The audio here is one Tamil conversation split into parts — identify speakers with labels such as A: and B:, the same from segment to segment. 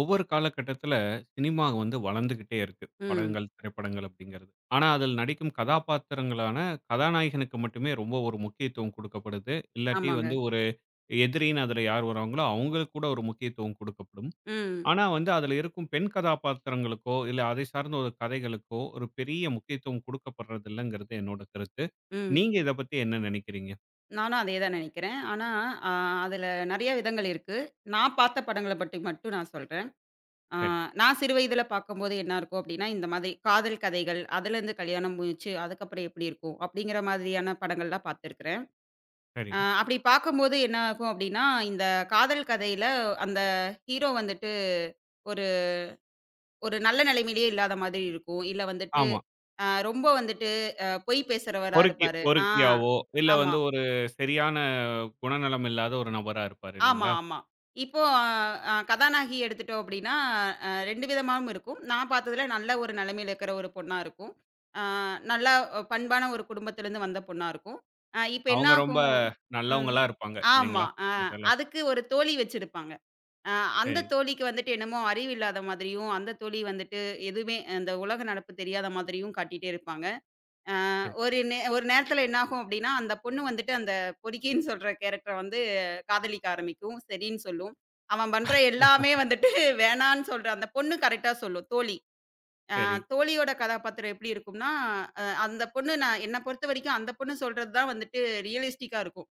A: ஒவ்வொரு காலகட்டத்துல சினிமா வந்து வளர்ந்துகிட்டே இருக்கு.
B: ம்.
A: படங்கள், திரைப்படங்கள் அப்படிங்கிறது. ஆனா, அதில் நடிக்கும் கதாபாத்திரங்களான கதாநாயகனுக்கு மட்டுமே ரொம்ப ஒரு முக்கியத்துவம் கொடுக்கப்படுது. இல்லாட்டி
B: ஆமாங்க.
A: வந்து ஒரு எதிரின்னு அதுல யார் வராங்களோ, அவங்களுக்கு கூட ஒரு முக்கியத்துவம் கொடுக்கப்படும்.
B: ம்.
A: ஆனா வந்து அதுல இருக்கும் பெண் கதாபாத்திரங்களுக்கோ, இல்ல அதை சார்ந்த ஒரு கதைகளுக்கோ ஒரு பெரிய முக்கியத்துவம் கொடுக்கப்படுறதில்லங்கிறது என்னோட கருத்து.
B: ம்.
A: நீங்க இத பத்தி என்ன நினைக்கிறீங்க?
B: நானும் அதே தான் நினைக்கிறேன். ஆனா, அ அதுல நெறைய விதங்கள் இருக்கு. நான் பார்த்த படங்கள பத்தி மட்டும் நான் சொல்றேன். அ
A: சரி,
B: நான் சிறு வயதில பார்க்கும்போது என்ன இருக்கும் அப்டின்னா, இந்த மாதிரி காதல் கதைகள், அதுலேருந்து கல்யாணம் முடிச்சு, அதுக்கப்புறம் எப்டி இருக்கும்? அப்டிங்கிற மாதிரியான படங்கள்லாம் பார்த்துருக்குறேன்.
A: சரி.
B: அப்டி பார்க்கும்போது என்ன ஆகும் அப்டின்னா, இந்த காதல் கதையில அந்த ஹீரோ வந்துட்டு ஒரு ஒரு நல்ல நிலைமையிலேயே இல்லாத மாதிரி இருக்கும். இல்ல வந்துட்டு
A: ஆமா.
B: ரொம்ப வந்துட்டு பொய் பேசுறவரா
A: பொறுக்கி
B: இருப்பாரு. ஆ.
A: பொறுக்கியாவோ, இல்ல
B: ஆமா.
A: வந்து ஒரு சரியான குணநலம் இல்லாத ஒரு நபரா இருப்பாரு
B: ஆமா,
A: இல்லைங்களா?
B: ஆமா. இப்போ அ அ கதாநாயகி எடுத்துட்டோம் அப்படின்னா, 2 விதமாவும் இருக்கும். நான் பார்த்ததுல நல்ல ஒரு நிலைமையில இருக்கிற ஒரு பொண்ணா இருக்கும். அ நல்லா பண்பான ஒரு குடும்பத்திலேருந்து வந்த பொண்ணா இருக்கும். இப்ப என்ன
A: அவங்க ரொம்ப
B: ஆகும்? ம்.
A: நல்லவங்களா இருப்பாங்க
B: ஆமா.
A: இல்லைங்களா? இதுல.
B: அதுக்கு ஒரு தோழி வச்சிருப்பாங்க. அ அந்த
A: சரி,
B: தோழிக்கு வந்துட்டு என்னமோ அறிவு இல்லாத மாதிரியும், அந்த தோழி வந்துட்டு எதுவுமே அந்த உலக நடப்பு தெரியாத மாதிரியும் காட்டிட்டே இருப்பாங்க.
A: சரி,
B: ஒரு நேரத்துல என்னாகும் அப்டின்னா, அந்த பொண்ணு வந்துட்டு அந்த பொறிக்கின்னு சொல்ற கேரக்டர வந்து காதலிக்க ஆரம்பிக்கும். சரின்னு சொல்லும். அவன் பண்ற எல்லாமே வந்துட்டு வேணான்னு சொல்ற அந்த பொண்ணு கரெக்ட்டா சொல்லும். தோழி.
A: சரி.
B: தோழியோட கதாபாத்திரம் எப்டி இருக்கும்னா, அந்த பொண்ணு நான் என்ன பொறுத்தவரைக்கும் அந்த பொண்ணு சொல்றது தான் வந்துட்டு ரியலிஸ்டிக்கா இருக்கும்.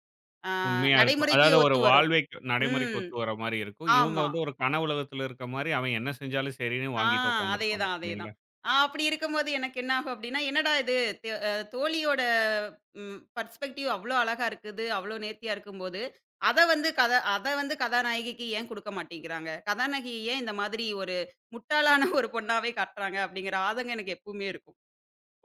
B: அ
A: உண்மையா இருக்கும்.
B: நடைமுறைக்கு
A: அதாவது ஒரு
B: ஒத்து வரும்.
A: வாழ்வைக்கு நடைமுறைக்கு
B: ம்.
A: ஒத்து வர மாரி இருக்கும். இவங்க
B: ஆமா.
A: வந்து ஒரு கனவுலகத்துல இருக்க மாரி அவன் என்ன செஞ்சாலும் சரின்னு
B: ஆ
A: வாங்கிட்டு உட்கார்ந்திருப்பாங்க
B: அதேதான், அதேதான்.
A: இல்லைங்களா?
B: அப்படி இருக்கும்போது எனக்கு என்ன ஆகும் அப்படின்னா, என்னடா இது? த் அ தோழியோட பெர்ஸ்பெக்டிவ் அவ்ளோ அழகா இருக்குது, அவ்ளோ நேர்த்தியா இருக்கும்போது, அத வந்து கதாநாயகிக்கு ஏன் குடுக்க மாட்டேங்கிறாங்க? கதாநாயகி ஏன் இந்த மாதிரி ஒரு முட்டாளான ஒரு பொண்ணாவே காட்டுறாங்க? அப்படிங்கிற ஆதங்கம் எனக்கு எப்பவுமே இருக்கும்.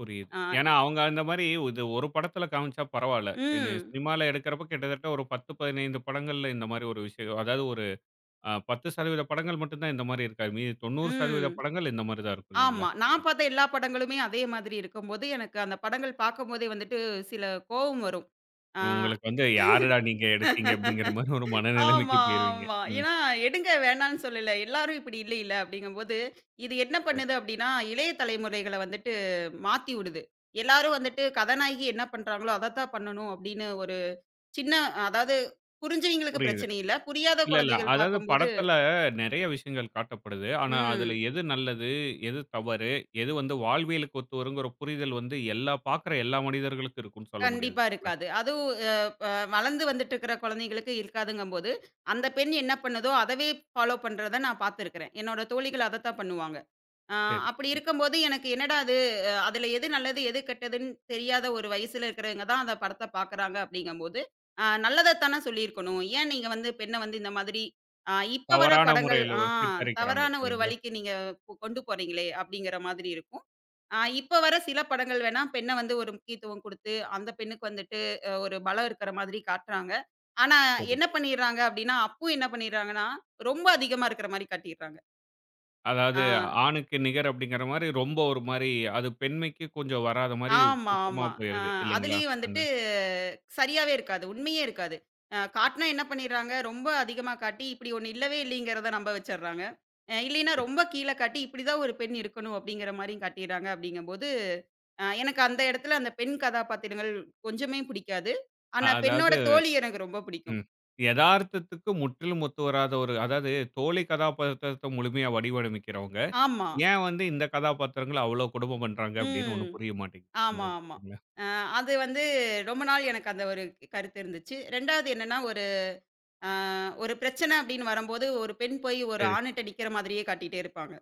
A: புரியுது.
B: ஆ
A: ஏன்னா அவங்க அந்த மாரி இது ஒரு படத்துல காமிச்சா பரவால்ல. இது
B: ம்,
A: சினிமால எடுக்கிறப்ப கிட்டத்தட்ட ஒரு 10, 15 படங்கள்ல இந்த மாரி ஒரு விஷயம் அதாவது ஒரு 10% படங்கள் மட்டும் தான் இந்த மாரி இருக்காது. மீதி 90%
B: ம்.
A: படங்கள் இந்த மாரி தான் இருக்கும் இல்லைங்களா?
B: ஆமா. நான் பார்த்த எல்லா படங்களுமே அதே மாதிரி இருக்கும்போது, எனக்கு அந்த படங்கள் பார்க்கும்போதே வந்துட்டு சில கோவம் வரும். ஆ.
A: உங்களுக்கு வந்து யாருடா நீங்க எடுத்தீங்க அப்படிங்கிற மாரி ஒரு மனநிலைமைக்கு
B: ஆமா,
A: போயிருவீங்க.
B: ஆமா.
A: ம்.
B: ஏன்னா, எடுங்க வேணான்னு சொல்லல. எல்லாரும் இப்படி இல்லைல்ல அப்படிங்கும்போது, இது என்ன
A: சரி.
B: பண்ணுது அப்படின்னா, இளைய தலைமுறைகள வந்துட்டு மாத்தி விடுது. எல்லாரும் வந்துட்டு கதாநாயகி என்ன பண்றாங்களோ, அதத்தான் பண்ணணும் அப்படின்னு ஒரு சின்ன அதாவது புரிஞ்சவங்களுக்கு
A: புரியுது.
B: பிரச்சனை இல்ல. புரியாத
A: இல்ல, இல்ல.
B: குழந்தைகள்
A: அதாவது
B: பார்க்கும்போது
A: படத்துல நெறைய விஷயங்கள் காட்டப்படுது. ஆனா அதுல
B: ம்.
A: எது நல்லது, எது தவறு, எது வந்து வாழ்வியலுக்கு ஒத்து வருங்கிற புரிதல் வந்து எல்லா பார்க்குற எல்லா மனிதர்களுக்கும் இருக்கும்னு சொல்ல முடியாது.
B: கண்டிப்பா
A: இல்ல.
B: இருக்காது. அதுவும் அ அ வளர்ந்து வந்துட்டு இருக்கிற குழந்தைங்களுக்கு இருக்காதுங்கும்போது, அந்த பெண் என்ன பண்ணுதோ, அதவே ஃபாலோ பண்றத நான் பார்த்துருக்கிறேன். என்னோட தோழிகள் அதத்தான் பண்ணுவாங்க. ஆ,
A: சரி,
B: அப்படி
A: சரி.
B: இருக்கும்போது எனக்கு என்னடா அது? அதுல எது நல்லது எது கெட்டதுன்னு தெரியாத ஒரு வயசுல இருக்கிறவங்க தான் அந்த படத்தை பாக்குறாங்க அப்படிங்கும்போது நல்லதைத்தானே சொல்லியிருக்கணும். ஏன் நீங்க வந்து பெண்ணை வந்து இந்த மாதிரி ஆ, இப்ப வர
A: தவறான
B: படங்கள்
A: முறையில
B: ஆ
A: ஒரு சித்தரிக்கிறாங்க
B: தவறான ஒரு
A: இல்லைங்களா?
B: வழிக்கு நீங்க கொண்டு போறீங்களே அப்படிங்கிற மாதிரி இருக்கும். இப்ப வர சில படங்கள் வேணா பெண்ணை வந்து ஒரு முக்கியத்துவம் கொடுத்து அந்த பெண்ணுக்கு வந்துட்டு ஒரு பலம் இருக்கிற மாதிரி காட்டுறாங்க. ஆனா
A: சரி.
B: என்ன பண்ணிடுறாங்க அப்படின்னா அப்பு என்ன பண்ணிடுறாங்கன்னா ரொம்ப அதிகமா இருக்கிற மாதிரி காட்டிடுறாங்க.
A: அதாவது ஆணுக்கு நிகர் அப்படிங்கிற மாரி ரொம்ப ஒரு மாரி அது பெண்மைக்கு கொஞ்சம் வராத மாரி
B: ஆமா,
A: சுத்தமா
B: ஆமா. அ
A: போயிருது இல்லைங்களா?
B: அதுலயும்
A: அந்த
B: வந்துட்டு சரியாவே இருக்காது. உண்மையே இருக்காது. காட்டுனா என்ன பண்ணிடுறாங்க, ரொம்ப அதிகமா காட்டி, இப்படி ஒண்ணு இல்லவே இல்லைங்கிறத நம்ப வச்சர்றாங்க. இல்லைன்னா
A: சரி.
B: ரொம்ப கீழ காட்டி, இப்படிதான் ஒரு பெண் இருக்கணும் அப்படிங்கிற மாரியும் காட்டிர்றாங்க. அப்படிங்கம்போது, எனக்கு அந்த இடத்துல அந்த பெண் கதாபாத்திரங்கள் கொஞ்சமே பிடிக்காது. ஆனா
A: அதாவது
B: பெண்ணோட தோழி எனக்கு ரொம்ப பிடிக்கும்.
A: ம். எதார்த்தத்துக்கு முற்றிலும் ஒத்து வராத ஒரு அதாவது தோழி கதாபாத்திரத்த முழுமையா வடிவமைக்கிறவங்க,
B: ஆமா.
A: ஏன் வந்து இந்த கதாபாத்திரங்கள அவ்வளோ கொடுமை பண்றாங்க அப்படின்னு
B: ம்.
A: ஒண்ணும் புரிய மாட்டேங்குது. இந்த
B: ஆமா,
A: இது
B: ஆமா.
A: இல்லைங்களா?
B: அ அது வந்து ரொம்ப நாள் எனக்கு அந்த ஒரு கருத்து இருந்துச்சு. 2வது என்னன்னா, ஆ ஒரு பிரச்சனை அப்படின்னு வரும்போது, ஒரு பெண் போய் ஒரு
A: சரி.
B: ஆணுட்ட நிக்கிற மாதிரியே காட்டிட்டே இருப்பாங்க.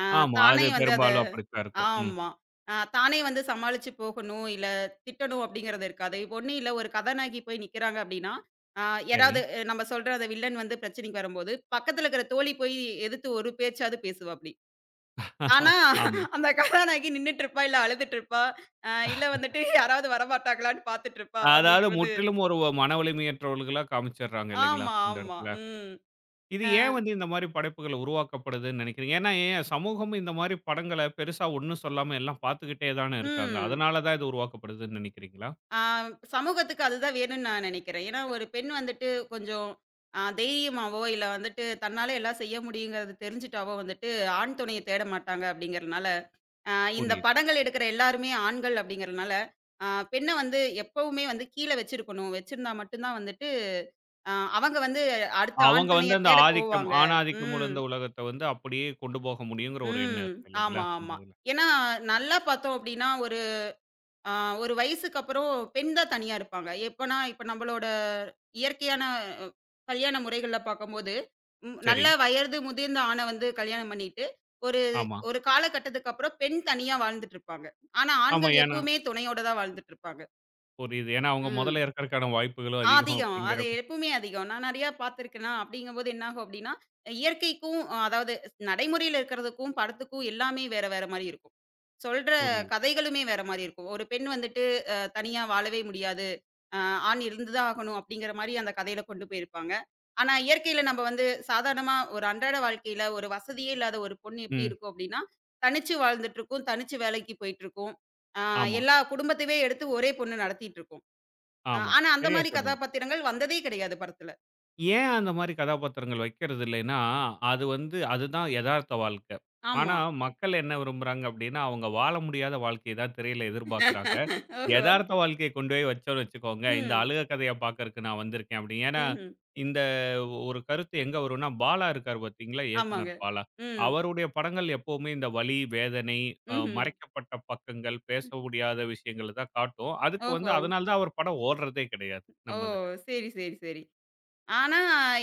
B: ஆ
A: ஆமா. அது
B: தானே வந்து அத.
A: பெரும்பாலும் அப்படித்தான் இருக்கும். ம்.
B: ஆமா. தானே வந்து சமாளிச்சு போகணும், இல்ல திட்டணும் அப்படிங்கிறது இருக்காது. இப்ப ஒண்ணும் இல்ல ஒரு கதாநாயகி போய் நிக்கிறாங்க அப்படின்னா, ஆ
A: சரி.
B: யாராவது நம்ம சொல்ற அந்த வில்லன் வந்து பிரச்சனைக்கு வரும்போது, பக்கத்துல இருக்கிற தோழி போய் எதிர்த்து ஒரு பேச்சாவது பேசுவாப்படி. ஆனா,
A: ஆமா.
B: அந்த கதாநாயகி நின்னுட்டு இருப்பா, இல்ல அழுதுட்டு இருப்பா, இல்ல வந்துட்டு யாராவது வரமாட்டாங்களான்னு பாத்துட்டு இருப்பா
A: அதாவது
B: அப்படிங்கும்போது
A: முற்றிலும் ஒரு மன வலிமையற்றவர்களா காமிச்சர்றாங்க இல்லைங்களா?
B: ஆமா,
A: இந்த
B: ஆமா.
A: இடத்துல.
B: ம்.
A: இது
B: அ
A: ஏன் வந்து இந்த மாரி படைப்புகள் உருவாக்கப்படுதுன்னு நினைக்கிறீங்க? ஏன்னா, ஏன் சமூகமும் இந்த மாரி படங்கள பெருசா ஒண்ணும் சொல்லாம எல்லாம் பார்த்துக்கிட்டே தானே இருக்காங்க.
B: ம்.
A: அதனால தான் இது உருவாக்கப்படுதுன்னு நினைக்கிறீங்களா?
B: ஆ சமூகத்துக்கு அதுதான் வேணும்னு நான் நினைக்கிறேன். ஏன்னா, ஒரு பெண் வந்துட்டு கொஞ்சம் தைரியமாவோ, இல்ல வந்துட்டு தன்னால எல்லாம் செய்ய முடியுங்கிறது தெரிஞ்சுட்டாவோ வந்துட்டு, ஆண் துணைய தேட மாட்டாங்க அப்படிங்கிறனால, அ இந்த
A: புரியுது.
B: படங்கள் எடுக்கிற எல்லாருமே ஆண்கள் அப்படிங்கிறனால, அ பெண்ண வந்து எப்பவுமே வந்து கீழ வச்சிருக்கணும். வச்சிருந்தா மட்டும் தான் வந்துட்டு, அ அவங்க வந்து அடுத்த ஆண்
A: அவங்க வந்து
B: துணைய
A: அந்த
B: தேட
A: ஆதிக்கம்,
B: போவாங்க.
A: ஆணாதிக்கம்
B: ம்,
A: உணர்ந்த உலகத்த வந்து அப்படியே கொண்டு போக முடியுங்கிற ஒரு எண்ணம்
B: ம்.
A: இருக்கு இல்லைங்களா?
B: ஆமா,
A: இந்த
B: ஆமா.
A: இதுல.
B: ஏன்னா, நல்லா பார்த்தோம் அப்படின்னா ஆ ஒரு வயசுக்கு அப்புறம் பெண் தான் தனியா இருப்பாங்க. எப்பன்னா, இப்ப நம்மளோட இயற்கையான அ கல்யாண முறைகள்ல பார்க்கும்போது,
A: சரி.
B: நல்ல வயது முதிர்ந்த ஆண வந்து கல்யாணம் பண்ணிட்டு, ஒரு
A: ஆமா.
B: ஒரு காலகட்டத்துக்கு அப்புறம் பெண் தனியா வாழ்ந்துட்டு இருப்பாங்க. ஆனா,
A: ஆமா.
B: ஆண்கள்
A: ஏன்னா
B: எப்பவுமே துணையோட தான் வாழ்ந்துட்டு இருப்பாங்க.
A: புரியுது. ஏன்னா அவங்க
B: ம்.
A: முதல்ல இருக்கறக்கான வாய்ப்புகளும் அதிகம்
B: அதிகம். அது
A: அப்படிங்கிறப்ப
B: எப்பவுமே அதிகம். நான் நெறையா பார்த்துருக்கேனா, அப்படிங்கும்போது என்னாகும் அப்படின்னா, இயற்கைக்கும் அதாவது நடைமுறையில இருக்கிறதுக்கும், படத்துக்கும் எல்லாமே வேற வேற மாரி இருக்கும். சொல்ற
A: புரியுது.
B: கதைகளுமே வேற மாரி இருக்கும். ஒரு பெண் வந்துட்டு தனியா வாழவே முடியாது. அ ஆண் இருந்து தான் ஆகணும் அப்படிங்கிற மாரி அந்த கதையில கொண்டு போயிருப்பாங்க. ஆனா இயற்கையில நம்ம வந்து சாதாரணமா ஒரு அன்றாட வாழ்க்கையில ஒரு வசதியே இல்லாத ஒரு பொண்ணு எப்படி
A: ம்.
B: இருக்கும் அப்படின்னா, தனிச்சு வாழ்ந்துட்டு இருக்கும். தனிச்சு வேலைக்கு போயிட்டு இருக்கும். அ
A: ஆமா,
B: எல்லா குடும்பத்தையே எடுத்து ஒரே பொண்ணு நடத்திட்டு இருக்கும். ஆ,
A: ஆமா.
B: ஆனா அந்த
A: சரியா
B: மாரி
A: சொன்னீங்க.
B: கதாபாத்திரங்கள் வந்ததே கிடையாது படத்துல.
A: ஏன் அந்த மாரி கதாபாத்திரங்கள் வைக்கிறது இல்லைன்னா, அது வந்து அதுதான் எதார்த்த வாழ்க்க. ஆனா,
B: ஆமா.
A: மக்கள் என்ன விரும்புறாங்க அப்டின்னா, அவங்க வாழ முடியாத வாழ்க்கைய தான் திரையில எதிர்பார்க்குறாங்க.
B: ஓஹோ!
A: எதார்த்த வாழ்க்கைய கொண்டு போய் வச்சோம்னு வச்சுக்கோங்க, இந்த
B: ம்.
A: அழுக கதைய பார்க்கறக்கு நான் வந்திருக்கேன் அப்டி. ஏன்னா,
B: ம்ஹ்ம்.
A: இந்த ஒரு கருத்து எங்க வரும்னா, பாலா இருக்காரு பார்த்தீங்களா?
B: ஆமாங்க.
A: இயக்குனர் பாலா.
B: ம்.
A: அவருடைய படங்கள் எப்பவுமே இந்த வலி, வேதனை,
B: ம்ஹ்ம்.
A: மறைக்கப்பட்ட பக்கங்கள், பேச
B: ம்.
A: முடியாத விஷயங்கள தான் காட்டும். அதுக்கு வந்து
B: ஓஹோ!
A: அதனால தான் அவர் படம் ஓடுறதே கிடையாது,
B: ஓ!
A: நம்ம இதுல.
B: சரி, சரி, சரி. ஆனா,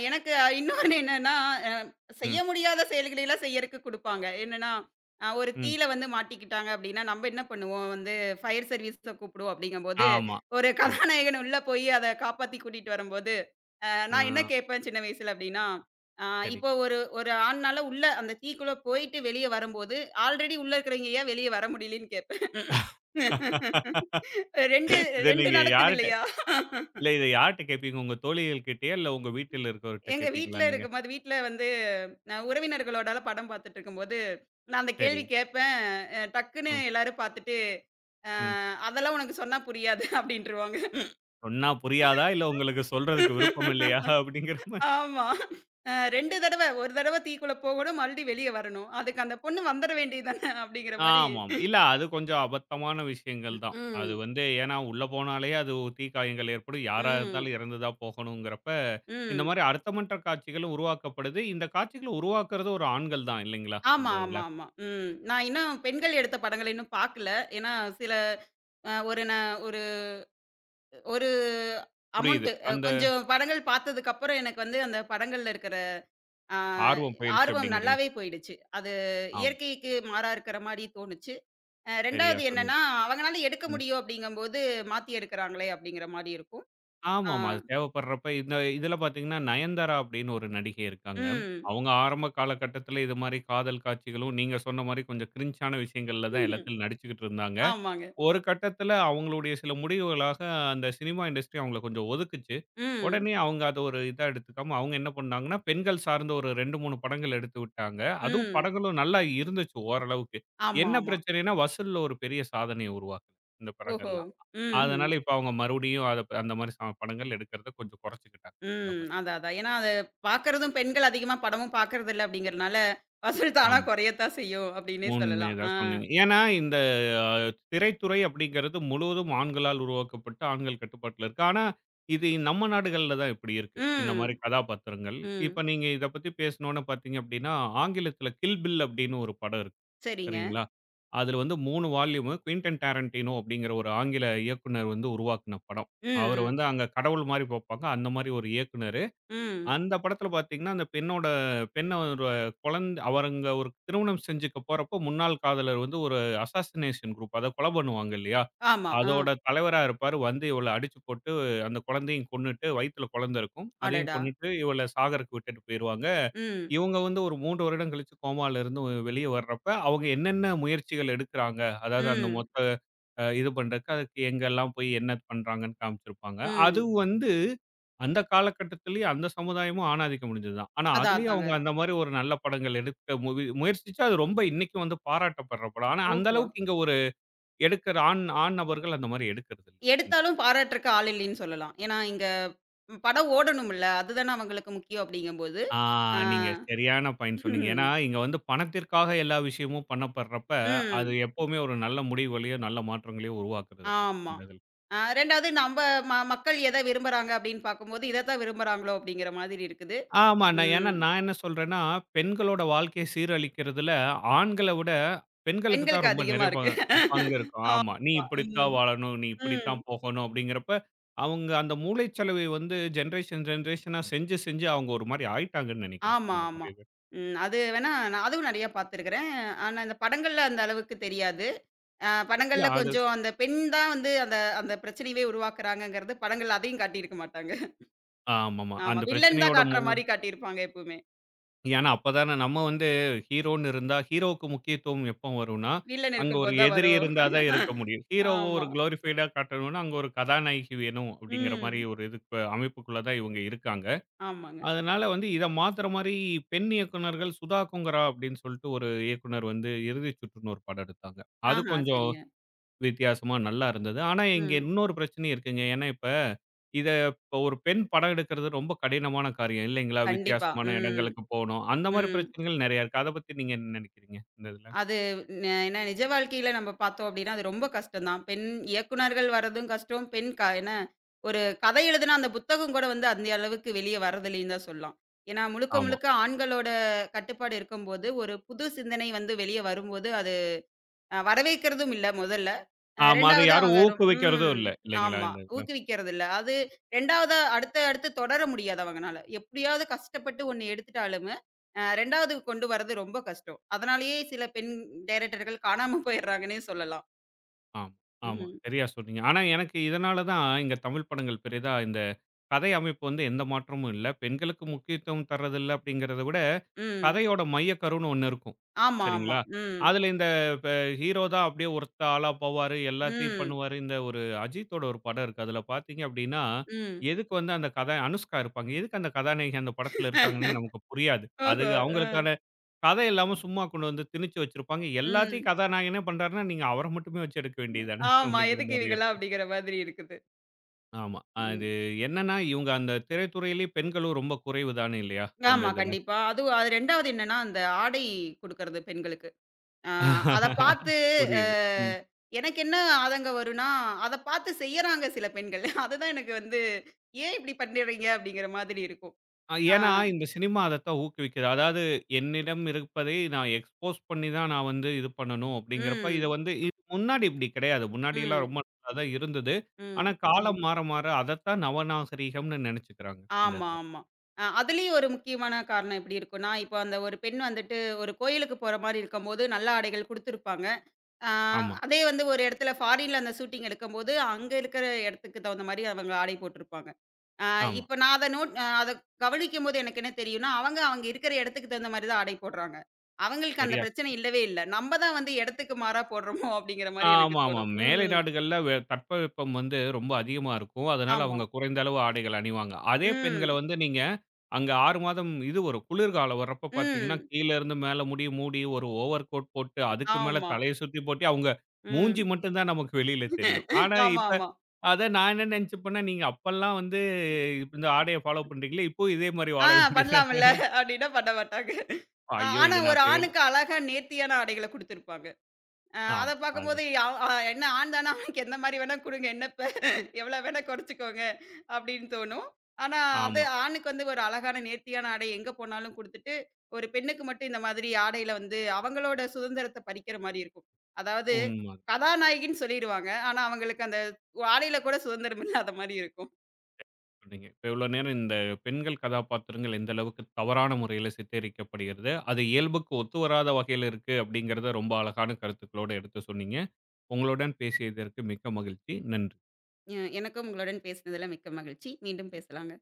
B: எனக்கு இன்னொன்னு என்னன்னா, அ செய்ய
A: ம்.
B: முடியாத செயல்களை எல்லாம் செய்யறக்கு குடுப்பாங்க. என்னன்னா, ஒரு
A: ம்.
B: தீயில வந்து மாட்டிக்கிட்டாங்க அப்டின்னா, நம்ப என்ன பண்ணுவோம், வந்து ஃபயர் சர்வீஸ கூப்பிடுவோம் அப்டிங்கும்போது,
A: ஆமா.
B: ஒரு
A: ஆமா.
B: கதாநாயகன் உள்ள போய் அத காப்பாத்தி கூட்டிட்டு வரும்போது
A: ஆ
B: நான் என்ன கேட்பேன் சின்ன வயசுல அப்டின்னா, அ
A: சரி.
B: இப்போ ஒரு ஒரு ஆண்னால உள்ள அந்த தீக்குள்ள போயிட்டு வெளிய வரும்போது, ஆல்ரெடி உள்ள இருக்கிறவங்க ஏன் வெளிய வர முடியலன்னு கேட்பேன். 2
A: இத
B: 2
A: நீங்க
B: நடக்குது
A: யார்ட்ட
B: இல்லையா?
A: இல்ல இத யார்ட்ட கேட்பீங்க? உங்க தோழிகள் கிட்டயா? இல்ல உங்க வீட்டில இருக்கவர்ட்ட
B: எங்க
A: கேட்பீங்களா
B: வீட்ல
A: நீங்க?
B: இருக்கும்போது வீட்ல வந்து நான் உறவினர்களோட படம் பார்த்துட்டு இருக்கும்போது, நான் அந்த
A: சரி.
B: கேள்வி கேட்பேன். டக்குன்னு
A: ம்,
B: எல்லாரும் பார்த்துட்டு, அ
A: ம்.
B: "அதெல்லாம் உனக்கு சொன்னா புரியாது" அப்டின்ருவாங்க.
A: சொன்னா புரியாதா? இல்ல உங்களுக்கு சொல்றதுக்கு விருப்பம் இல்லையா? அப்படிங்கிற மாரி.
B: ஆமா. 2 தடவ, ஒரு தடவ தீக்குள்ள போகணும், மறுபடியும் வெளிய வரணும். அதுக்கு அந்த பொண்ணு வந்துற வேண்டியது தானே அப்டிங்கிற மாரி
A: ஆமாமா. இல்ல அது கொஞ்சம் அபத்தமான விஷயங்கள் தான். அது
B: ம்.
A: வந்து ஏன்னா உள்ள போனாலே அது தீக்காயங்கள் ஏற்படும். யாரா
B: ம்.
A: இருந்தாலும் இறந்து தான் போகணுங்கிறப்ப, இந்த
B: ம்.
A: மாரி அர்த்தமற்ற காட்சிகளும் உருவாக்கப்படுது. இந்த காட்சிகள உருவாக்குறது ஒரு ஆண்கள் தான் இல்லைங்களா? அந்த
B: ஆமா,
A: இதுல.
B: ஆமா, ஆமா. ம். நான் இன்னும் பெண்கள் எடுத்த படங்கள இன்னும் பாக்கல. ஏன்னா சில அ ஒரு நான் ஒரு ஒரு
A: புரியுது.
B: அமௌண்ட்
A: அந்த
B: கொஞ்சம் படங்கள் பாத்ததுக்கப்புறம் எனக்கு வந்து அந்த படங்கள்ல இருக்கிற அ
A: ஆர்வம் போயிருச்சு
B: ஆர்வம்
A: அப்படிங்கிறீங்க.
B: நல்லாவே போயிடுச்சு. அது
A: ஆமா.
B: இயற்கைக்கு மாறா இருக்கிற மாரி தோணுச்சு.
A: சரியா
B: 2வது
A: சொன்னீங்க.
B: என்னன்னா, அவங்கனால எடுக்க
A: ம்.
B: முடியும் அப்படிங்கும்போது மாத்தி எடுக்குறாங்களே அப்படிங்கிற மாரி இருக்கும். ஆ.
A: ஆமாமா. அது தேவைப்படுறப்ப இந்த இதுல பார்த்தீங்கன்னா, நயன்தாரா அப்படின்னு ஒரு நடிகை இருக்காங்க.
B: ம்.
A: அவங்க ஆரம்ப காலகட்டத்தில இது மாரி காதல் காட்சிகளும், நீங்க சொன்ன மாரி கொஞ்சம் கிரின்ஞ்சான விஷயங்கள்ல தான்
B: ம்,
A: எல்லாத்திலும் நடிச்சுக்கிட்டு இருந்தாங்க.
B: ஆமாங்க.
A: ஒரு கட்டத்தில அவங்களுடைய சில முடிவுகளாக அந்த சினிமா இண்டஸ்ட்ரி அவங்கள கொஞ்சம் ஒதுக்குச்சு.
B: ம்.
A: உடனே அவங்க அத ஒரு இதா எடுத்துக்காம, அவங்க என்ன பண்ணாங்கன்னா, பெண்கள் சார்ந்த ஒரு 2, 3 படங்கள் எடுத்து விட்டாங்க. அதுவும்
B: ம்.
A: படங்களும் நல்லா இருந்துச்சு ஓரளவுக்கு.
B: ஆமா,
A: என்ன
B: ஆமா.
A: பிரச்சனைன்னா, வசூல்ல ஒரு பெரிய சாதனைய உருவாக்கல, இந்த
B: ஓஹோ!
A: படங்கள்லாம்.
B: ம்ஹ்ம்.
A: அதனால இப்ப அவங்க மறுபடியும் அத அந்த மாரி படங்கள் எடுக்கிறத கொஞ்சம் குறைச்சுக்கிட்டாங்க. இந்த
B: ம்.
A: மாரி.
B: அதான், அதான். ஏன்னா அத பார்க்கறதும் பெண்கள் அதிகமா படமும் பார்க்கறதில்ல அப்படிங்கிறனால, வசூல் தானா
A: ஆமா.
B: குறையத்தான் செய்யும் அப்படின்னே சொல்லலாம். ஆ.
A: உண்மையதான் சொன்னீங்க. ஏன்னா இந்த அ திரைத்துறை அப்படிங்கிறது முழுவதும் ஆண்களால் உருவாக்கப்பட்டு, ஆண்கள் கட்டுப்பாட்டுல இருக்கு. ஆனா, இது நம்ம நாடுகள்ல தான் இப்படி இருக்கு. இந்த மாரி
B: ம்.
A: கதாபாத்திரங்கள். இப்ப
B: ம்.
A: நீங்க இத பத்தி பேசணும்னு பார்த்தீங்க அப்படின்னா, ஆங்கிலத்தில கில் பில் அப்படின்னு ஒரு படம் இருக்கு.
B: சரிங்க.
A: சரிங்களா? அதுல வந்து 3 வால்யூமு குயின்டன் டாரன்டினோ அப்படிங்கிற ஒரு ஆங்கில இயக்குனர் வந்து உருவாக்குன படம்.
B: ம்,
A: அவர்
B: ம்.
A: வந்து அங்க கடவுள் மாரி பார்ப்பாங்க. அந்த மாரி ஒரு இயக்குனர்.
B: ம்.
A: அந்த படத்துல பாத்தீங்கன்னா, அந்த பெண்ணோட பெண்ண ஒரு குழந்தை அவருங்க ஒரு திருமணம் செஞ்சுக்க போறப்போ, முன்னாள் காதலர் வந்து ஒரு அசாசினேஷன் குரூப் அத கொலை பண்ணுவாங்க இல்லையா?
B: ஆமா. ஆ.
A: அதோட தலைவரா இருப்பாரு. வந்து இவள அடிச்சு போட்டு அந்த குழந்தையும் கொன்னுட்டு வயித்துல குழந்தை இருக்கும். அதையும்
B: அடடா!
A: கொன்னுட்டு இவள சாகறக்கு விட்டுட்டு போயிருவாங்க.
B: ம்.
A: இவங்க வந்து ஒரு 3 வருடம் கழிச்சு கோமால இருந்து வெளிய வர்றப்ப, அவங்க என்னென்ன முயற்சிகள் எடுக்குறாங்க. அதாவது அந்த
B: ம்.
A: மொத்த இது பண்றதுக்கு, அதுக்கு எங்கெல்லாம் போய் என்ன பண்றாங்கன்னு காமிச்சிருப்பாங்க. அது
B: ம்.
A: வந்து அந்த காலகட்டத்திலேயே அந்த சமுதாயமும் ஆணாதிக்கம் முடிஞ்சதுதான். ஆனா,
B: அதான்,
A: அதிலேயும்
B: அதாங்க.
A: அவங்க அந்த மாரி ஒரு நல்ல படங்கள் எடுக்க முயற்சிச்சா, அது ரொம்ப இன்னைக்கு வந்து பாராட்டப்படுற படம். ஆனா, அந்த
B: ஓஹோ!
A: அளவுக்கு இங்க ஒரு எடுக்கிற ஆண் ஆண் நபர்கள் அந்த மாரி எடுக்கிறது இல்ல. இந்த
B: எடுத்தாலும் பாராட்டுறக்கு ஆள் இல்லைன்னு சொல்லலாம். ஏன்னா இங்க படம் ஓடணும்ல. அதுதானே அவங்களுக்கு முக்கியம் அப்படிங்கும்போது.
A: ஆ
B: ஆ.
A: நீங்க சரியான பாயிண்ட் சொன்னீங்க. ஏன்னா, இங்க வந்து பணத்திற்காக எல்லா விஷயமும் பண்ணப்படுறப்ப, அது
B: ம்.
A: எப்பவுமே ஒரு நல்ல முடிவுகளையோ, நல்ல மாற்றங்களையோ உருவாக்குறதில்ல.
B: ஆமா.
A: இந்த இதுல.
B: 2வது நம்ப மக்கள் எத விரும்புறாங்க அப்படின்னு பார்க்கும்போது, இதத்தான் விரும்புறாங்களோ அப்படிங்கிற மாதிரி இருக்குது.
A: ஆமா. நான் ஏன்னா
B: ம்.
A: நான் என்ன சொல்றேன்னா, பெண்களோட வாழ்க்கைய சீரழிக்கிறதுல ஆண்கள விட பெண்களுக்கு தான்
B: பெண்களுக்கு
A: ரொம்ப
B: அதிகமா
A: நெறைய
B: இருக்கு.
A: பங்கு இருக்கும். ஆமா. நீ
B: ஆமா. ம்.
A: இப்படித்தான் வாழணும், நீ
B: ம்.
A: இப்படித்தான் போகணும் அப்படிங்கிறப்ப, அவங்க அந்த மூளைச்சலவை வந்து ஜெனரேஷன் ஜெனரேஷனா செஞ்சு செஞ்சு அவங்க ஒரு மாரி ஆயிட்டாங்கன்னு நெனைக்கிறேன்.
B: ஆமா,
A: அந்த
B: ஆமா.
A: மாரி இது.
B: ம். அது வேணா நான் அதுவும் நெறைய பார்த்துருக்கிறேன். ஆனா, இந்த படங்கள்ல அந்த அளவுக்கு தெரியாது.
A: இல்ல
B: படங்கள்ல
A: அது
B: கொஞ்சம் அந்த பெண் தான் வந்து அந்த அந்த பிரச்சனையவே உருவாக்குறாங்கங்கிறது படங்கள்ல அதையும் காட்டியிருக்க மாட்டாங்க.
A: ஆமாமா.
B: ஆமா.
A: அந்த
B: வில்லன் தான்
A: பிரச்சனையோட
B: காட்டுற மாரி காட்டியிருப்பாங்க எப்பவுமே.
A: ஏன்னா, அப்பதானே நம்ம வந்து ஹீரோன்னு இருந்தா ஹீரோவுக்கு முக்கியத்துவம் எப்போ வரும்னா,
B: வில்லன்
A: அங்க ஒரு
B: இருக்கும்போது தான்
A: எதிரி
B: வரும்.
A: இருந்தா தான் இருக்க முடியும். ஹீரோவ ஒரு
B: ஆமா.
A: குளோரிஃபைடா காட்டணும்னா, அங்க ஒரு கதாநாயகி வேணும் அப்படிங்கிற மாரி
B: ம்.
A: ஒரு இதுக்கு அமைப்புக்குள்ள தான் இவங்க இருக்காங்க.
B: ஆமாங்க.
A: அதனால வந்து இத மாத்துற மாரி பெண் இயக்குனர்கள் சுதா கொங்கரா அப்படின்னு சொல்லிட்டு ஒரு இயக்குனர் வந்து இறுதி சுற்றுன்னு ஒரு படம் எடுத்தாங்க. அது
B: ஆஹா,
A: கொஞ்சம்
B: சரிங்க.
A: வித்தியாசமா நல்லா இருந்தது. ஆனா, இங்க
B: ம்.
A: இன்னொரு பிரச்சனை இருக்குங்க. ஏன்னா, இப்ப இத இப்ப ஒரு பெண் படம் எடுக்கிறது ரொம்ப கடினமான காரியம் இல்லைங்களா?
B: கண்டிப்பா.
A: வித்தியாசமான
B: ம்.
A: இடங்களுக்கு போணும். அந்த மாரி
B: ம்.
A: பிரச்சனைகள் நெறைய இருக்கு. அத பத்தி நீங்க என்ன நெனைக்கிறீங்க? இந்த இதுல.
B: அது ஏன்னா நிஜ வாழ்க்கையில நம்ம பார்த்தோம் அப்படின்னா, அது ரொம்ப கஷ்டம் தான். பெண் இயக்குனர்கள் வரதும் கஷ்டம். பெண் என்ன ஒரு கதை எழுதுனா அந்த புத்தகம் கூட வந்து அந்த அளவுக்கு வெளிய வரதில்லைன்னு தான் சொல்லலாம். ஏன்னா முழுக்க
A: ஆமா.
B: முழுக்க ஆண்களோட கட்டுப்பாடு இருக்கும்போது, ஒரு புது சிந்தனை வந்து வெளிய வரும்போது, அது வரவேற்கிறதும் இல்ல முதல்ல.
A: ஆமா. அத
B: 2வது
A: யாரும்
B: அவங்க ரொம் ம்.
A: ஊக்குவிக்கிறதும் இல்ல. இல்லைங்களா?
B: ஆமா.
A: இந்த இதுல.
B: ஊக்குவிக்கிறது இல்ல. அது 2வதா அடுத்து, அடுத்து தொடர முடியாது அவங்கனால. எப்படியாவது கஷ்டப்பட்டு 1 எடுத்துட்டாலுமே, 2வது கொண்டு வரது ரொம்ப கஷ்டம். அதனாலேயே சில பெண் டைரக்டர்கள் காணாம போயிடுறாங்கன்னே சொல்லலாம்.
A: ஆமா, ஆமா.
B: ம்.
A: சரியா சொன்னீங்க. ஆனா, எனக்கு இதனால தான் இங்க தமிழ் படங்கள் பெரிதா இந்த கதை அமைப்பு வந்து எந்த மாற்றமும் இல்ல. பெண்களுக்கு முக்கியத்துவம் தர்றதில்ல அப்படிங்கிறத விட,
B: ம்.
A: கதையோட மையக்கருன்னு ஒண்ணு இருக்கும்.
B: ஆமா, ஆமா.
A: சரிங்களா?
B: ம்.
A: அதுல இந்த இப்ப ஹீரோ தான் அப்படியே ஒர்த்த ஆளா போவாரு. எல்லாத்தையும்
B: ம்.
A: பண்ணுவாரு. இந்த ஒரு அஜித்தோட ஒரு படம் இருக்கு. அதுல பார்த்தீங்க அப்படின்னா,
B: ம்.
A: எதுக்கு வந்து அந்த கதை அனுஷ்கா இருப்பாங்க. எதுக்கு அந்த கதாநாயகி அந்த படத்துல இருக்காங்கன்னே நமக்கு புரியாது. அது
B: ஓஹோ! அ.
A: அவங்களுக்கான கதை இல்லாம சும்மா கொண்டு வந்து திணிச்சு வச்சிருப்பாங்க. எல்லாத்தையும்
B: ம்.
A: கதாநாயகனே பண்றாருன்னா, நீங்க அவர மட்டுமே வச்சு எடுக்க வேண்டியது தானே
B: ஆமா.
A: அப்படிங்கிற
B: எதுக்கு
A: மாரி
B: இவைகள்லாம்
A: இருக்கும்.
B: அப்படிங்கிற மாதிரி இருக்குது.
A: ஆமா.
B: ம்.
A: அது என்னன்னா, இவங்க அந்த திரைத்துறையிலேயே பெண்களும் ரொம்ப குறைவு தானே இல்லையா? அந்த
B: ஆமா,
A: இதுல.
B: கண்டிப்பா. அதுவும் அது 2வது என்னன்னா, அந்த ஆடை குடுக்கறது பெண்களுக்கு. ஆ அத பாத்து அ
A: புரியுது. ம்.
B: எனக்கு என்ன ஆதங்கம் வரும்னா, அத பாத்து செய்யறாங்க சில பெண்கள். அதுதான் எனக்கு வந்து "ஏன் இப்படி பண்ணுறீங்க?" அப்படிங்கிற மாதிரி இருக்கும். ஆ.
A: ஏன்னா, இந்த சினிமா அதத்தான் ஊக்குவிக்குது. அதாவது என்னிடம் இருப்பதை நான் எக்ஸ்போஸ் பண்ணி தான் நான் வந்து இது பண்ணணும் அப்படிங்கிறப்ப, இத
B: ம்.
A: வந்து இது முன்னாடி இப்படி கிடையாது. முன்னாடிலாம்
B: ம்.
A: ரொம்ப நல்லா தான் இருந்தது. ஆனா
B: ம்.
A: காலம் மாற மாற அதத்தான் நவநாகரீகம்னு நெனைச்சுக்கிறாங்க, இந்த
B: ஆமா,
A: இதுல.
B: ஆமா. அதுலயும் ஒரு முக்கியமான காரணம் எப்படி இருக்கும்னா, இப்போ அந்த ஒரு பெண் வந்துட்டு ஒரு கோயிலுக்கு போற மாரி இருக்கும்போது, நல்ல ஆடைகள் குடுத்துருப்பாங்க. ஆ,
A: ஆமா,
B: அதே வந்து ஒரு இடத்துல ஃபாரின்ல அந்த ஷூட்டிங் எடுக்கும்போது, அங்க இருக்கிற இடத்துக்கு தகுந்த மாரி அவங்க ஆடை போட்டிருப்பாங்க. ஆ
A: ஆமா.
B: இப்ப நான் அத நோட் அ அத கவனிக்கும்போது எனக்கு என்ன தெரியும்னா, அவங்க அவங்க இருக்கிற இடத்துக்கு தகுந்த மாரி தான் ஆடை போடுறாங்க. அவங்களுக்கு அந்த
A: சரியா
B: பிரச்சனை
A: சொன்னீங்க.
B: இல்லவே இல்ல. நம்ம தான் வந்து இடத்துக்கு மாறா போடுறோமோ அப்படிங்கிற மாரி எனக்கு
A: ஆமாமா.
B: தோணும்.
A: மேலை
B: ம்.
A: நாடுகள்ல தட்பவெப்பம் வந்து ரொம்ப அதிகமா இருக்கும். அதனால
B: ஆமா.
A: அவங்க குறைந்த அளவு ஆடைகள் அணிவாங்க. அதே பெண்கள
B: ம்.
A: வந்து நீங்க அங்க 6 மாதம் இது வரும். குளிர்காலம் வர்றப்ப பார்த்தீங்கன்னா,
B: ம்.
A: கீழ இருந்து மேல முடிய மூடி ஒரு ஓவர் கோட் போட்டு, அதுக்கு மேல
B: ஆமா.
A: தலைய சுத்தி போட்டு, அவங்க மூஞ்சி
B: ம்.
A: மட்டும் தான் நமக்கு வெளியில தெரியும். ஆனா,
B: ஆமா,
A: இப்ப
B: ஆமா.
A: அத நான் என்ன நெனச்சுப்பேன்னா, நீங்க அப்பல்லாம் வந்து இந்த ஆடைய ஃபாலோ பண்றீங்களே, இப்பவும் இதே மாரி
B: ஆ
A: வாழ வேண்டியதா
B: பண்ணலாம்ல அப்படின்னா பண்ண மாட்டாங்க.
A: ஐயோ! இத
B: ஆனா
A: நான்
B: ஒரு
A: அப்பவே இல்ல.
B: ஆணுக்கு அழகா நேர்த்தியான ஆடைகள குடுத்திருப்பாங்க. அத
A: ஆமா. அது
B: பார்க்கும்போது அவ் அ என்ன ஆண் தானா அவனுக்கு எந்த மாரி வேணா குடுங்க. என்ன இப்ப எவ்வளோ வேணா குறைச்சுக்கோங்க அப்படின்னு தோணும். ஆனா அது
A: ஆமா.
B: ஆணுக்கு வந்து ஒரு அழகான நேர்த்தியான ஆடை எங்க போனாலும் குடுத்துட்டு, ஒரு பெண்ணுக்கு மட்டும் இந்த மாதிரி ஆடையில வந்து அவங்களோட சுதந்திரத்த பறிக்கிற மாரி இருக்கும். அதாவது
A: உண்ம.
B: கதாநாயகின்னு சொல்லிருவாங்க. ஆனா அவங்களுக்கு அந்த ஆடையில கூட சுதந்திரம் இல்லாத மாரி இருக்கும்.
A: சொன்னீங்க. இப்ப இவ்வளோ நேரம் இந்த பெண்கள் கதாபாத்திரங்கள் எந்த அளவுக்கு தவறான முறையில சித்தரிக்கப்படுகிறது, அது இயல்புக்கு ஒத்து வராத வகையில இருக்கு அப்படிங்கிறத ரொம்ப அழகான கருத்துக்களோட எடுத்து சொன்னீங்க. உங்களுடன் பேசியதற்கு மிக்க மகிழ்ச்சி. நன்றி.
B: எனக்கும் உங்களுடன் பேசினதுல மிக்க மகிழ்ச்சி. மீண்டும் பேசலாங்க.